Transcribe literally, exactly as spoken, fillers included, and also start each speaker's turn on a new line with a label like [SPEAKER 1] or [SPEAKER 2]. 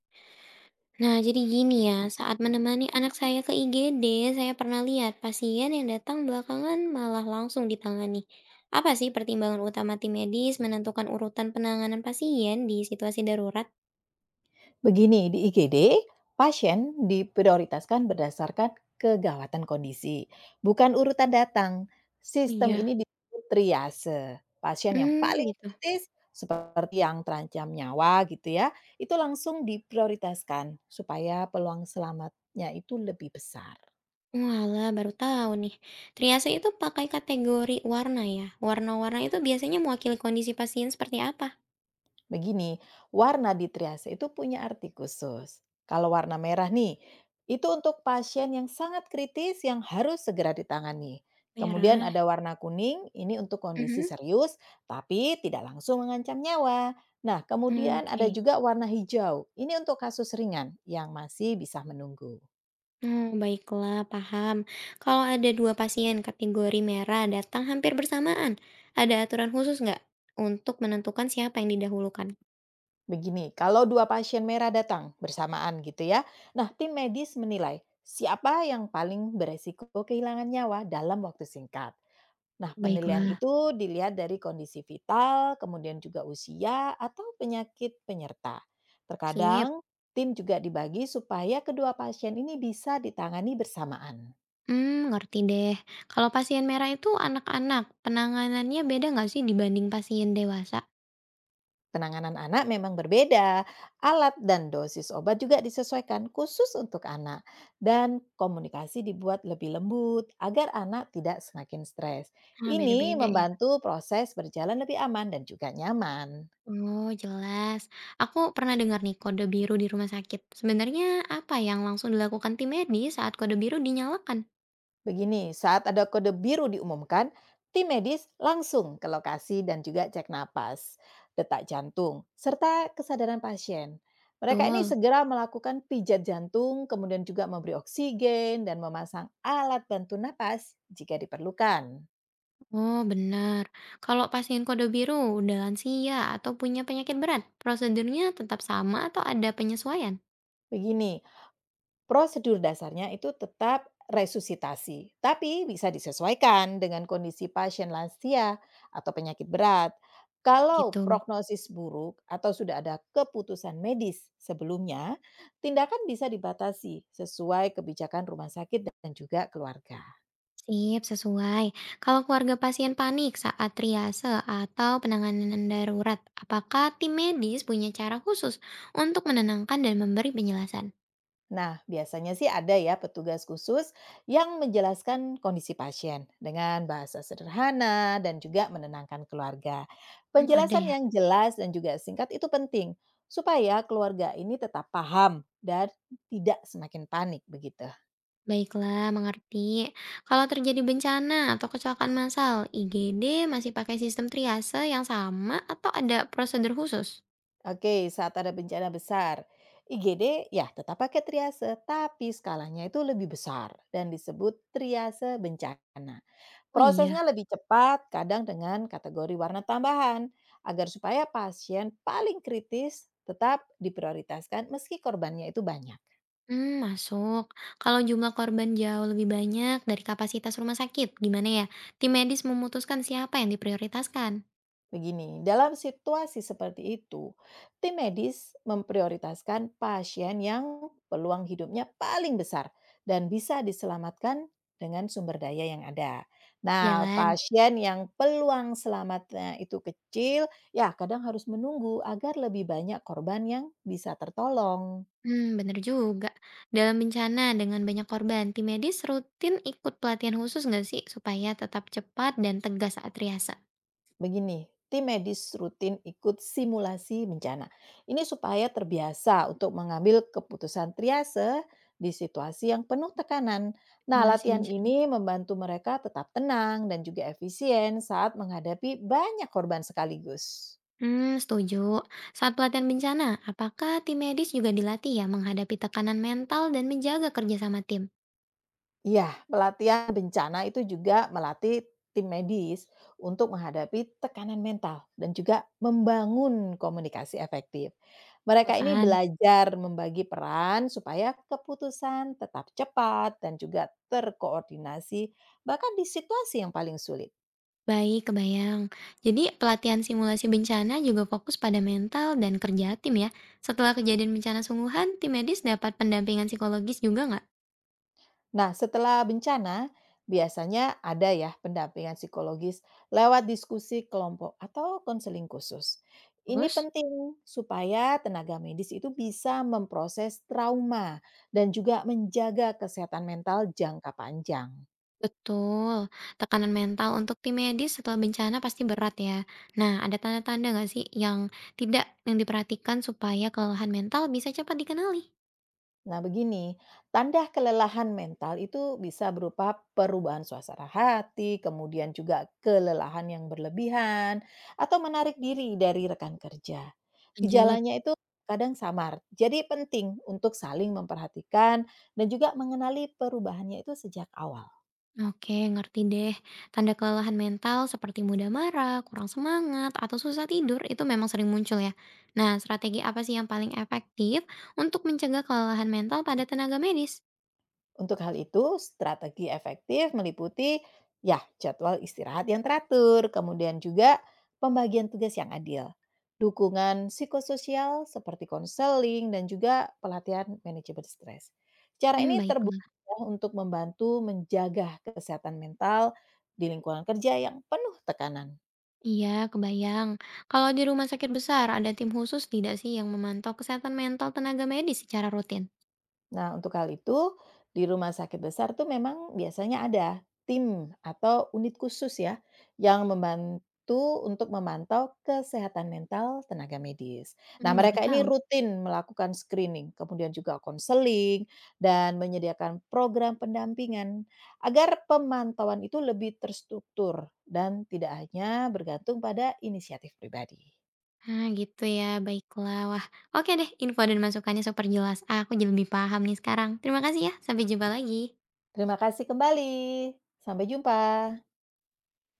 [SPEAKER 1] Nah, jadi gini ya, saat menemani anak saya ke I G D, saya pernah lihat pasien yang datang belakangan malah langsung ditangani. Apa sih pertimbangan utama tim medis menentukan urutan penanganan pasien di situasi darurat?
[SPEAKER 2] Begini, di I G D, pasien diprioritaskan berdasarkan kegawatan kondisi, bukan urutan datang. Sistem
[SPEAKER 1] Iya,
[SPEAKER 2] ini disebut triase. Pasien yang
[SPEAKER 1] Hmm,
[SPEAKER 2] paling
[SPEAKER 1] gitu.
[SPEAKER 2] kritis, seperti yang terancam nyawa gitu ya, itu langsung diprioritaskan supaya peluang selamatnya itu lebih besar.
[SPEAKER 1] Walah, baru tahu nih. Triase itu pakai kategori warna ya. Warna-warna itu biasanya mewakili kondisi pasien seperti apa?
[SPEAKER 2] Begini, warna di triase itu punya arti khusus. Kalau warna merah nih, itu untuk pasien yang sangat kritis yang harus segera ditangani. Kemudian
[SPEAKER 1] Merah.
[SPEAKER 2] ada warna kuning, ini untuk kondisi
[SPEAKER 1] Mhm.
[SPEAKER 2] serius tapi tidak langsung mengancam nyawa. Nah, kemudian ada
[SPEAKER 1] Oke.
[SPEAKER 2] juga warna hijau. Ini untuk kasus ringan yang masih bisa menunggu.
[SPEAKER 1] Oh, baiklah, paham. Kalau ada dua pasien kategori merah datang hampir bersamaan, ada aturan khusus nggak untuk menentukan siapa yang didahulukan?
[SPEAKER 2] Begini, kalau dua pasien merah datang bersamaan gitu ya. Nah, tim medis menilai siapa yang paling beresiko kehilangan nyawa dalam waktu singkat. Nah, penilaian
[SPEAKER 1] Baiklah.
[SPEAKER 2] itu dilihat dari kondisi vital, kemudian juga usia, atau penyakit penyerta.
[SPEAKER 1] Sip.
[SPEAKER 2] Terkadang, tim juga dibagi supaya kedua pasien ini bisa ditangani bersamaan.
[SPEAKER 1] Hmm, ngerti deh. Kalau pasien merah itu anak-anak, penanganannya beda nggak sih dibanding pasien dewasa?
[SPEAKER 2] Penanganan anak memang berbeda, alat dan dosis obat juga disesuaikan khusus untuk anak, dan komunikasi dibuat lebih lembut agar anak tidak semakin stres.
[SPEAKER 1] Ah,
[SPEAKER 2] Ini
[SPEAKER 1] beda-beda ya.
[SPEAKER 2] membantu proses berjalan lebih aman dan juga nyaman.
[SPEAKER 1] Oh, jelas. Aku pernah dengar nih kode biru di rumah sakit. Sebenarnya apa yang langsung dilakukan tim medis saat kode biru dinyalakan?
[SPEAKER 2] Begini, saat ada kode biru diumumkan, tim medis langsung ke lokasi dan juga cek napas, detak jantung, serta kesadaran pasien. Mereka ini
[SPEAKER 1] Betul.
[SPEAKER 2] segera melakukan pijat jantung, kemudian juga memberi oksigen dan memasang alat bantu napas jika diperlukan.
[SPEAKER 1] Oh, benar. Kalau pasien kode biru udah lansia atau punya penyakit berat, prosedurnya tetap sama atau ada penyesuaian?
[SPEAKER 2] Begini, prosedur dasarnya itu tetap resusitasi, tapi bisa disesuaikan dengan kondisi pasien lansia atau penyakit berat.
[SPEAKER 1] Gitu.
[SPEAKER 2] Kalau prognosis buruk atau sudah ada keputusan medis sebelumnya, tindakan bisa dibatasi sesuai kebijakan rumah sakit dan juga keluarga.
[SPEAKER 1] Sip, sesuai. Kalau keluarga pasien panik saat triase atau penanganan darurat, apakah tim medis punya cara khusus untuk menenangkan dan memberi penjelasan?
[SPEAKER 2] Nah, biasanya sih ada ya petugas khusus yang menjelaskan kondisi pasien dengan bahasa sederhana dan juga menenangkan keluarga.
[SPEAKER 1] Hmm, ada
[SPEAKER 2] Penjelasan
[SPEAKER 1] ya.
[SPEAKER 2] yang jelas dan juga singkat itu penting supaya keluarga ini tetap paham dan tidak semakin panik begitu.
[SPEAKER 1] Baiklah, mengerti. Kalau terjadi bencana atau kecelakaan massal, I G D masih pakai sistem triase yang sama atau ada prosedur khusus?
[SPEAKER 2] Oke, saat ada bencana besar, I G D ya tetap pakai triase, tapi skalanya itu lebih besar dan disebut triase bencana.
[SPEAKER 1] Oh
[SPEAKER 2] Prosesnya
[SPEAKER 1] iya.
[SPEAKER 2] lebih cepat, kadang dengan kategori warna tambahan, agar supaya pasien paling kritis tetap diprioritaskan meski korbannya itu banyak.
[SPEAKER 1] Hmm masuk. Kalau jumlah korban jauh lebih banyak dari kapasitas rumah sakit, gimana ya? Tim medis memutuskan siapa yang diprioritaskan?
[SPEAKER 2] Begini, dalam situasi seperti itu, tim medis memprioritaskan pasien yang peluang hidupnya paling besar dan bisa diselamatkan dengan sumber daya yang ada. Nah,
[SPEAKER 1] Jalan.
[SPEAKER 2] pasien yang peluang selamatnya itu kecil, ya kadang harus menunggu agar lebih banyak korban yang bisa tertolong.
[SPEAKER 1] Hmm bener juga. Dalam bencana dengan banyak korban, tim medis rutin ikut pelatihan khusus nggak sih? Supaya tetap cepat dan tegas saat riasa.
[SPEAKER 2] Begini, tim medis rutin ikut simulasi bencana. Ini supaya terbiasa untuk mengambil keputusan triase di situasi yang penuh tekanan. Nah,
[SPEAKER 1] Simulasi
[SPEAKER 2] latihan
[SPEAKER 1] bencana.
[SPEAKER 2] ini membantu mereka tetap tenang dan juga efisien saat menghadapi banyak korban sekaligus.
[SPEAKER 1] Hmm setuju. Saat pelatihan bencana, apakah tim medis juga dilatih ya menghadapi tekanan mental dan menjaga kerjasama tim?
[SPEAKER 2] Iya, pelatihan bencana itu juga melatih tim medis untuk menghadapi tekanan mental dan juga membangun komunikasi efektif. Mereka ini
[SPEAKER 1] Relevan.
[SPEAKER 2] belajar membagi peran supaya keputusan tetap cepat dan juga terkoordinasi bahkan di situasi yang paling sulit.
[SPEAKER 1] Baik, kebayang. Jadi pelatihan simulasi bencana juga fokus pada mental dan kerja tim ya. Setelah kejadian bencana sungguhan, tim medis dapat pendampingan psikologis juga nggak?
[SPEAKER 2] Nah, setelah bencana, biasanya ada ya pendampingan psikologis lewat diskusi kelompok atau konseling khusus. Ini
[SPEAKER 1] Terus,
[SPEAKER 2] penting supaya tenaga medis itu bisa memproses trauma dan juga menjaga kesehatan mental jangka panjang.
[SPEAKER 1] betul. Tekanan mental untuk tim medis setelah bencana pasti berat ya. Nah, ada tanda-tanda nggak sih yang tidak yang diperhatikan supaya kelelahan mental bisa cepat dikenali?
[SPEAKER 2] Nah, begini, tanda kelelahan mental itu bisa berupa perubahan suasana hati, kemudian juga kelelahan yang berlebihan, atau menarik diri dari rekan kerja.
[SPEAKER 1] Lanjut.
[SPEAKER 2] Gejalanya itu kadang samar, jadi penting untuk saling memperhatikan dan juga mengenali perubahannya itu sejak awal.
[SPEAKER 1] Oke, ngerti deh. Tanda kelelahan mental seperti mudah marah, kurang semangat, atau susah tidur itu memang sering muncul ya. Nah, strategi apa sih yang paling efektif untuk mencegah kelelahan mental pada tenaga medis?
[SPEAKER 2] Untuk hal itu, strategi efektif meliputi ya jadwal istirahat yang teratur, kemudian juga pembagian tugas yang adil, dukungan psikososial seperti konseling dan juga pelatihan manajemen stres. Cara
[SPEAKER 1] Hmm,
[SPEAKER 2] ini terbukti
[SPEAKER 1] baiklah.
[SPEAKER 2] ya untuk membantu menjaga kesehatan mental di lingkungan kerja yang penuh tekanan.
[SPEAKER 1] Iya, kebayang. Kalau di rumah sakit besar, ada tim khusus tidak sih yang memantau kesehatan mental tenaga medis secara rutin?
[SPEAKER 2] Nah, untuk hal itu, di rumah sakit besar tuh memang biasanya ada tim atau unit khusus ya yang membantu untuk memantau kesehatan mental tenaga medis. Nah,
[SPEAKER 1] Hmm, baru
[SPEAKER 2] mereka ini
[SPEAKER 1] tahu.
[SPEAKER 2] rutin melakukan screening, kemudian juga konseling dan menyediakan program pendampingan agar pemantauan itu lebih terstruktur dan tidak hanya bergantung pada inisiatif pribadi.
[SPEAKER 1] Nah, gitu ya. Baiklah. Wah, oke deh. Info dan masukannya super jelas. Aku jadi lebih paham nih sekarang. Terima kasih ya. Sampai jumpa lagi.
[SPEAKER 2] Terima kasih kembali. Sampai jumpa.